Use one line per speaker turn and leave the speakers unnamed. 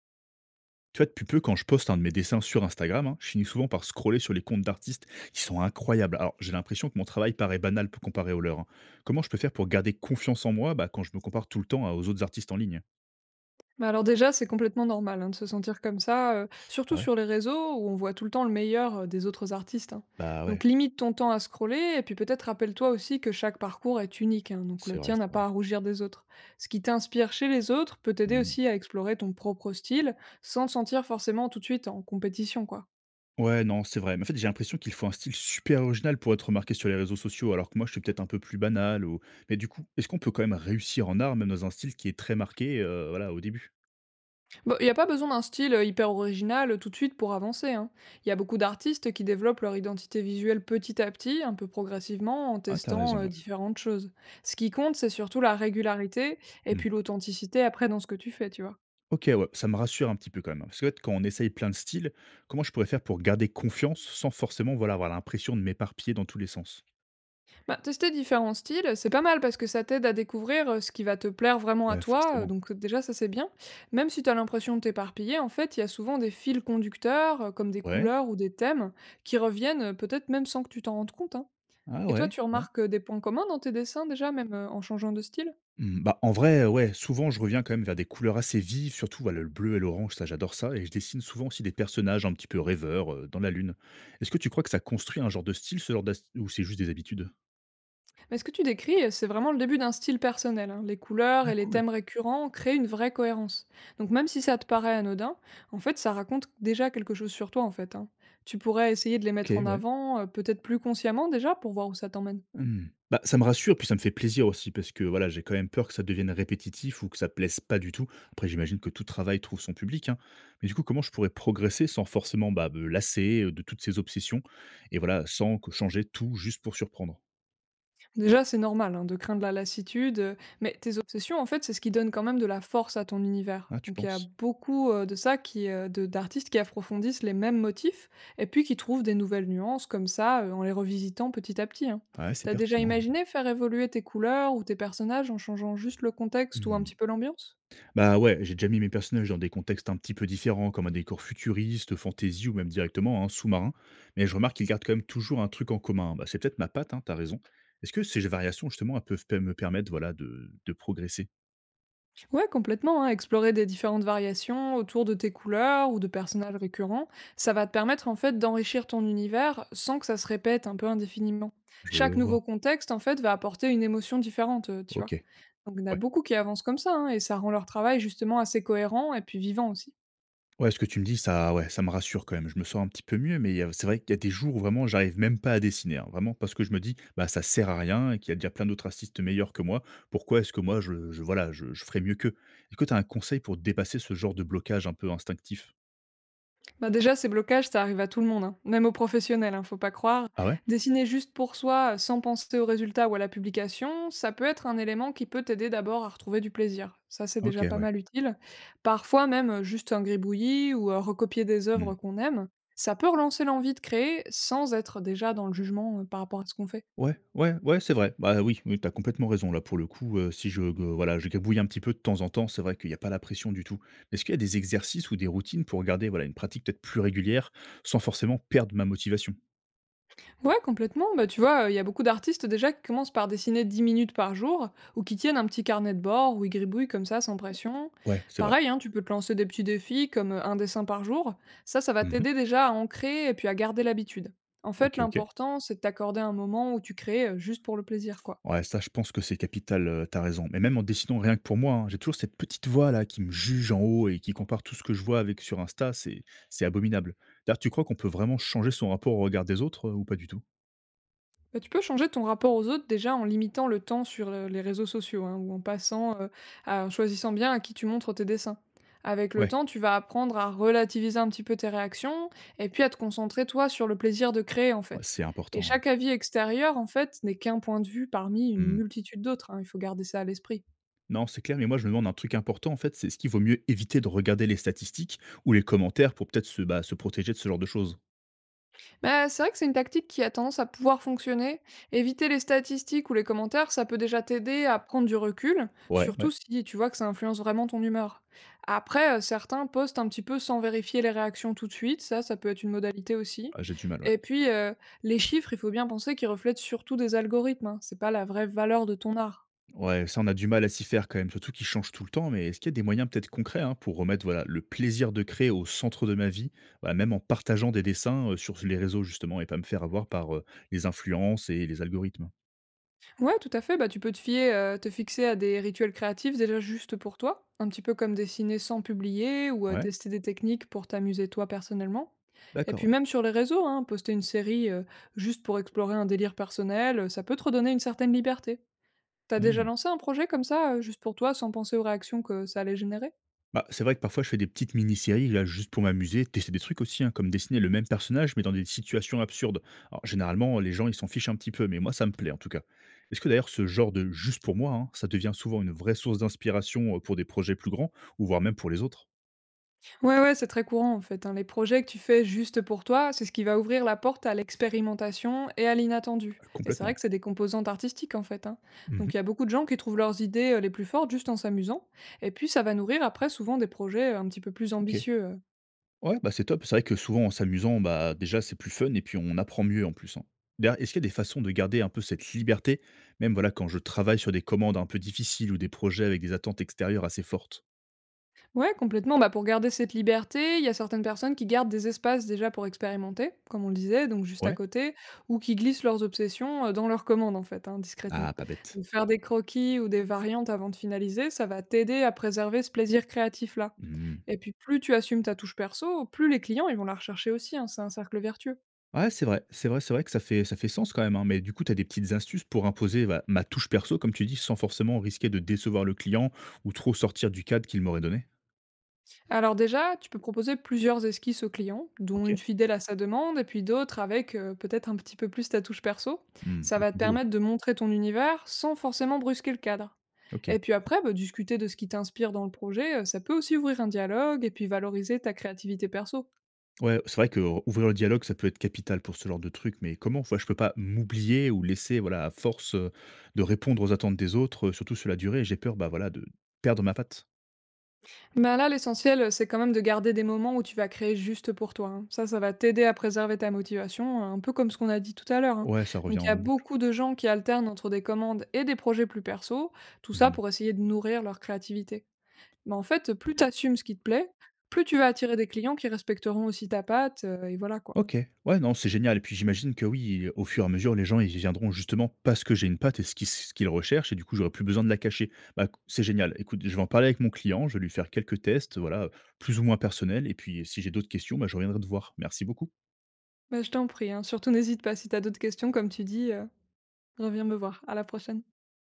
Tu vois, depuis peu, quand je poste un de mes dessins sur Instagram, hein, je finis souvent par scroller sur les comptes d'artistes qui sont incroyables. Alors, j'ai l'impression que mon travail paraît banal pour comparer au leur, hein. Comment je peux faire pour garder confiance en moi bah, quand je me compare tout le temps aux autres artistes en ligne?
Bah, alors déjà, c'est complètement normal, hein, de se sentir comme ça, surtout
Ah ouais?
sur les réseaux où on voit tout le temps le meilleur, des autres artistes, hein.
Bah ouais,
Donc limite ton temps à scroller et puis peut-être rappelle-toi aussi que chaque parcours est unique, hein, donc
c'est
le
vrai,
tien n'a
c'est vrai.
pas à rougir des autres. Ce qui t'inspire chez les autres peut t'aider
Mhm.
aussi à explorer ton propre style, sans te sentir forcément tout de suite en compétition, quoi.
Ouais, non, c'est vrai. Mais en fait, j'ai l'impression qu'il faut un style super original pour être remarqué sur les réseaux sociaux, alors que moi, je suis peut-être un peu plus banal. Ou... Mais du coup, est-ce qu'on peut quand même réussir en art, même dans un style qui est très marqué voilà, au début?
Bah, il n'y a pas besoin d'un style hyper original tout de suite pour avancer, hein. Il y a beaucoup d'artistes qui développent leur identité visuelle petit à petit, un peu progressivement, en
Ah, t'as
testant
raison, ouais.
différentes choses. Ce qui compte, c'est surtout la régularité et puis l'authenticité après dans ce que tu fais, tu vois.
OK, ouais, ça me rassure un petit peu quand même, hein, parce qu'en fait, quand on essaye plein de styles, comment je pourrais faire pour garder confiance sans forcément, voilà, avoir l'impression de m'éparpiller dans tous les sens?
Bah, tester différents styles, c'est pas mal parce que ça t'aide à découvrir ce qui va te plaire vraiment à
Ouais,
toi,
forcément.
déjà ça c'est bien. Même si tu as l'impression de t'éparpiller, en fait, il y a souvent des fils conducteurs, comme des
Ouais,
couleurs ou des thèmes, qui reviennent peut-être même sans que tu t'en rendes compte, hein.
ah
Et toi,
ouais,
tu
ouais.
remarques, des points communs dans tes dessins déjà, même, en changeant de style?
Mmh, bah, en vrai, ouais, souvent je reviens quand même vers des couleurs assez vives, surtout voilà, le bleu et l'orange, ça j'adore ça, et je dessine souvent aussi des personnages un petit peu rêveurs dans la lune. Est-ce que tu crois que ça construit un genre de style, ce genre ou c'est juste des habitudes?
Mais ce que tu décris, c'est vraiment le début d'un style personnel, hein. Les couleurs et
Ah,
les
cool.
thèmes récurrents créent une vraie cohérence. Donc même si ça te paraît anodin, en fait, ça raconte déjà quelque chose sur toi, en fait, hein. Tu pourrais essayer de les
Ok,
mettre en
ouais.
avant, peut-être plus consciemment déjà, pour voir où ça t'emmène.
Mmh. Bah, ça me rassure, puis ça me fait plaisir aussi parce que, voilà, j'ai quand même peur que ça devienne répétitif ou que ça plaise pas du tout. Après, j'imagine que tout travail trouve son public, hein. Mais du coup, comment je pourrais progresser sans forcément, bah, me lasser de toutes ces obsessions et voilà, sans que changer tout juste pour surprendre?
Déjà, c'est normal, hein, de craindre la lassitude, mais tes obsessions, en fait, c'est ce qui donne quand même de la force à ton univers.
Ah, tu
Donc il y a
penses?
beaucoup, de ça qui, de d'artistes qui approfondissent les mêmes motifs et puis qui trouvent des nouvelles nuances comme ça, en les revisitant petit à petit, hein.
Ouais, c'est
Tu déjà
pertinent.
imaginé faire évoluer tes couleurs ou tes personnages en changeant juste le contexte ou un
Mmh.
petit peu l'ambiance?
Bah, ouais, j'ai déjà mis mes personnages dans des contextes un petit peu différents, comme un décor futuriste, fantasy ou même directement hein, sous-marin. Mais je remarque qu'ils gardent quand même toujours un truc en commun. Bah, c'est peut-être ma patte, hein, t'as raison. Est-ce que ces variations, justement, elles peuvent me permettre voilà, de progresser?
Ouais, complètement, hein. Explorer des différentes variations autour de tes couleurs ou de personnages récurrents, ça va te permettre en fait d'enrichir ton univers sans que ça se répète un peu indéfiniment.
Je
Chaque nouveau
vois.
contexte en fait va apporter une émotion différente, tu
Ok.
vois. Donc il y en a
Ouais.
beaucoup qui avancent comme ça, hein, et ça rend leur travail justement assez cohérent et puis vivant aussi.
Ouais, ce que tu me dis, ça ouais, ça me rassure quand même. Je me sens un petit peu mieux, mais il y a c'est vrai qu'il y a des jours où vraiment j'arrive même pas à dessiner, hein. Vraiment parce que je me dis: «Bah, ça sert à rien» et qu'il y a déjà plein d'autres artistes meilleurs que moi. Pourquoi est-ce que moi je voilà, je ferais mieux qu'eux? Est-ce que tu as un conseil pour dépasser ce genre de blocage un peu instinctif?
Bah, déjà, ces blocages, ça arrive à tout le monde, hein. Même aux professionnels, hein, faut pas croire.
Ah ouais?
Dessiner juste pour soi, sans penser au résultat ou à la publication, ça peut être un élément qui peut t'aider d'abord à retrouver du plaisir. Ça, c'est
OK,
déjà pas
ouais.
mal utile. Parfois, même juste un gribouillis ou recopier des œuvres
Mmh.
qu'on aime, ça peut relancer l'envie de créer sans être déjà dans le jugement par rapport à ce qu'on fait.
Ouais, ouais, ouais, c'est vrai. Bah, oui, oui, tu complètement raison là pour le coup, si je g voilà, je gabouille un petit peu de temps en temps, c'est vrai qu'il y a pas la pression du tout. Est-ce qu'il y a des exercices ou des routines pour garder, voilà, une pratique peut-être plus régulière sans forcément perdre ma motivation?
Ouais, complètement. Bah, tu vois, il y a beaucoup d'artistes déjà qui commencent par dessiner 10 minutes par jour ou qui tiennent un petit carnet de bord où ils gribouillent comme ça sans pression.
Ouais, c'est vrai.
Pareil, hein, tu peux te lancer des petits défis comme un dessin par jour. Ça va
Mmh.
t'aider déjà à ancrer et puis à garder l'habitude. En fait,
OK, OK.
l'important, c'est de t'accorder un moment où tu crées juste pour le plaisir, quoi.
Ouais, ça, je pense que c'est capital, tu raison. Mais même en dessinant, rien que pour moi, hein, j'ai toujours cette petite voix-là qui me juge en haut et qui compare tout ce que je vois avec sur Insta, c'est abominable. D'ailleurs, tu crois qu'on peut vraiment changer son rapport au regard des autres, ou pas du tout?
Bah, tu peux changer ton rapport aux autres déjà en limitant le temps sur les réseaux sociaux, hein, ou en passant, en choisissant bien à qui tu montres tes dessins. Avec le
Ouais,
temps, tu vas apprendre à relativiser un petit peu tes réactions et puis à te concentrer toi sur le plaisir de créer en
ouais,
fait.
c'est
Et
important, ouais.
chaque avis extérieur en fait n'est qu'un point de vue parmi une
Mmh.
multitude d'autres, hein, il faut garder ça à l'esprit.
Non, c'est clair, mais moi, je me demande un truc important, en fait, c'est est-ce qu'il vaut mieux éviter de regarder les statistiques ou les commentaires pour peut-être se, bah, se protéger de ce genre de choses?
Bah, c'est vrai que c'est une tactique qui a tendance à pouvoir fonctionner. Éviter les statistiques ou les commentaires, ça peut déjà t'aider à prendre du recul,
Ouais,
surtout
ouais.
si tu vois que ça influence vraiment ton humeur. Après, certains postent un petit peu sans vérifier les réactions tout de suite, ça peut être une modalité aussi.
Ah, j'ai du mal, ouais.
Et puis, les chiffres, il faut bien penser qu'ils reflètent surtout des algorithmes, hein, c'est pas la vraie valeur de ton art.
Ouais, ça, on a du mal à s'y faire quand même, surtout qu'ils change tout le temps. Mais est-ce qu'il y a des moyens peut-être concrets hein, pour remettre voilà, le plaisir de créer au centre de ma vie, voilà, même en partageant des dessins sur les réseaux justement et pas me faire avoir par les influences et les algorithmes?
Ouais, tout à fait. Bah, tu peux te fixer à des rituels créatifs déjà juste pour toi, un petit peu comme dessiner sans publier ou,
Ouais,
tester des techniques pour t'amuser toi personnellement. Et puis
D'accord,
même sur les réseaux, hein, poster une série, juste pour explorer un délire personnel, ça peut te redonner une certaine liberté. T'as déjà
ouais.
lancé un projet comme ça, juste pour toi, sans penser aux réactions que ça allait générer?
Bah, c'est vrai que parfois je fais des petites mini-séries là juste pour m'amuser, tester des trucs aussi, hein, comme dessiner le même personnage mais dans des situations absurdes. Alors généralement les gens ils s'en fichent un petit peu, mais moi ça me plaît en tout cas. Est-ce que d'ailleurs ce genre de juste pour moi, hein, ça devient souvent une vraie source d'inspiration pour des projets plus grands ou voire même pour les autres?
Ouais, ouais, c'est très courant en fait, hein. Les projets que tu fais juste pour toi, c'est ce qui va ouvrir la porte à l'expérimentation et à l'inattendu. Et c'est vrai
Complètement.
que c'est des composantes artistiques en fait, hein.
Mhm.
Donc il y a beaucoup de gens qui trouvent leurs idées les plus fortes juste en s'amusant. Et puis ça va nourrir après souvent des projets un petit peu plus
Ok.
ambitieux.
Ouais, bah c'est top. C'est vrai que souvent en s'amusant, bah déjà c'est plus fun et puis on apprend mieux en plus, hein. D'ailleurs, est-ce qu'il y a des façons de garder un peu cette liberté, même voilà quand je travaille sur des commandes un peu difficiles ou des projets avec des attentes extérieures assez fortes?
Ouais, complètement. Bah, pour garder cette liberté, il y a certaines personnes qui gardent des espaces déjà pour expérimenter, comme on le disait, donc juste à
Ouais.
côté, ou qui glissent leurs obsessions dans leurs commandes, en fait, hein, discrètement.
Ah, pas bête.
Donc faire des croquis ou des variantes avant de finaliser, ça va t'aider à préserver ce plaisir créatif-là.
Mmh.
Et puis plus tu assumes ta touche perso, plus les clients ils vont la rechercher aussi, hein, c'est un cercle vertueux.
Ouais, c'est vrai, c'est vrai, c'est vrai que ça fait sens quand même, hein, mais du coup, tu as des petites astuces pour imposer bah, ma touche perso, comme tu dis, sans forcément risquer de décevoir le client ou trop sortir du cadre qu'il m'aurait donné?
Alors déjà, tu peux proposer plusieurs esquisses au client, dont une
OK.
fidèle à sa demande et puis d'autres avec peut-être un petit peu plus ta touche perso.
Mmh,
Ça va
beaucoup
te
de boulot.
permettre de montrer ton univers sans forcément brusquer le cadre.
OK.
Et puis après, bah, discuter de ce qui t'inspire dans le projet, ça peut aussi ouvrir un dialogue et puis valoriser ta créativité perso.
Ouais, c'est vrai que ouvrir le dialogue, ça peut être capital pour ce genre de truc, mais comment? Enfin, je peux pas m'oublier ou laisser, voilà, à force, de répondre aux attentes des autres, surtout sur la durée, j'ai peur, bah, voilà, de perdre ma patte.
Bah là, l'essentiel, c'est quand même de garder des moments où tu vas créer juste pour toi, hein. Ça va t'aider à préserver ta motivation, un peu comme ce qu'on a dit tout à l'heure, hein.
Ouais, ça revient
Donc il y a
en boucle.
beaucoup de gens qui alternent entre des commandes et des projets plus perso, tout ça
Mmh.
pour essayer de nourrir leur créativité. Mais en fait, plus t'assumes ce qui te plaît, plus tu vas attirer des clients qui respecteront aussi ta patte, et voilà quoi.
OK. Ouais, non, c'est génial et puis j'imagine que oui, au fur et à mesure, les gens, ils viendront justement parce que j'ai une patte et ce qu'ils recherchent et du coup, j'aurai plus besoin de la cacher. Bah, écou c'est génial. Écoute, je vais en parler avec mon client, je vais lui faire quelques tests, voilà, plus ou moins personnels et puis si j'ai d'autres questions, bah, je reviendrai te voir. Merci beaucoup.
Bah, je t'en prie, hein. Surtout n'hésite pas si t'as d'autres questions, comme tu dis, reviens me voir. À la prochaine.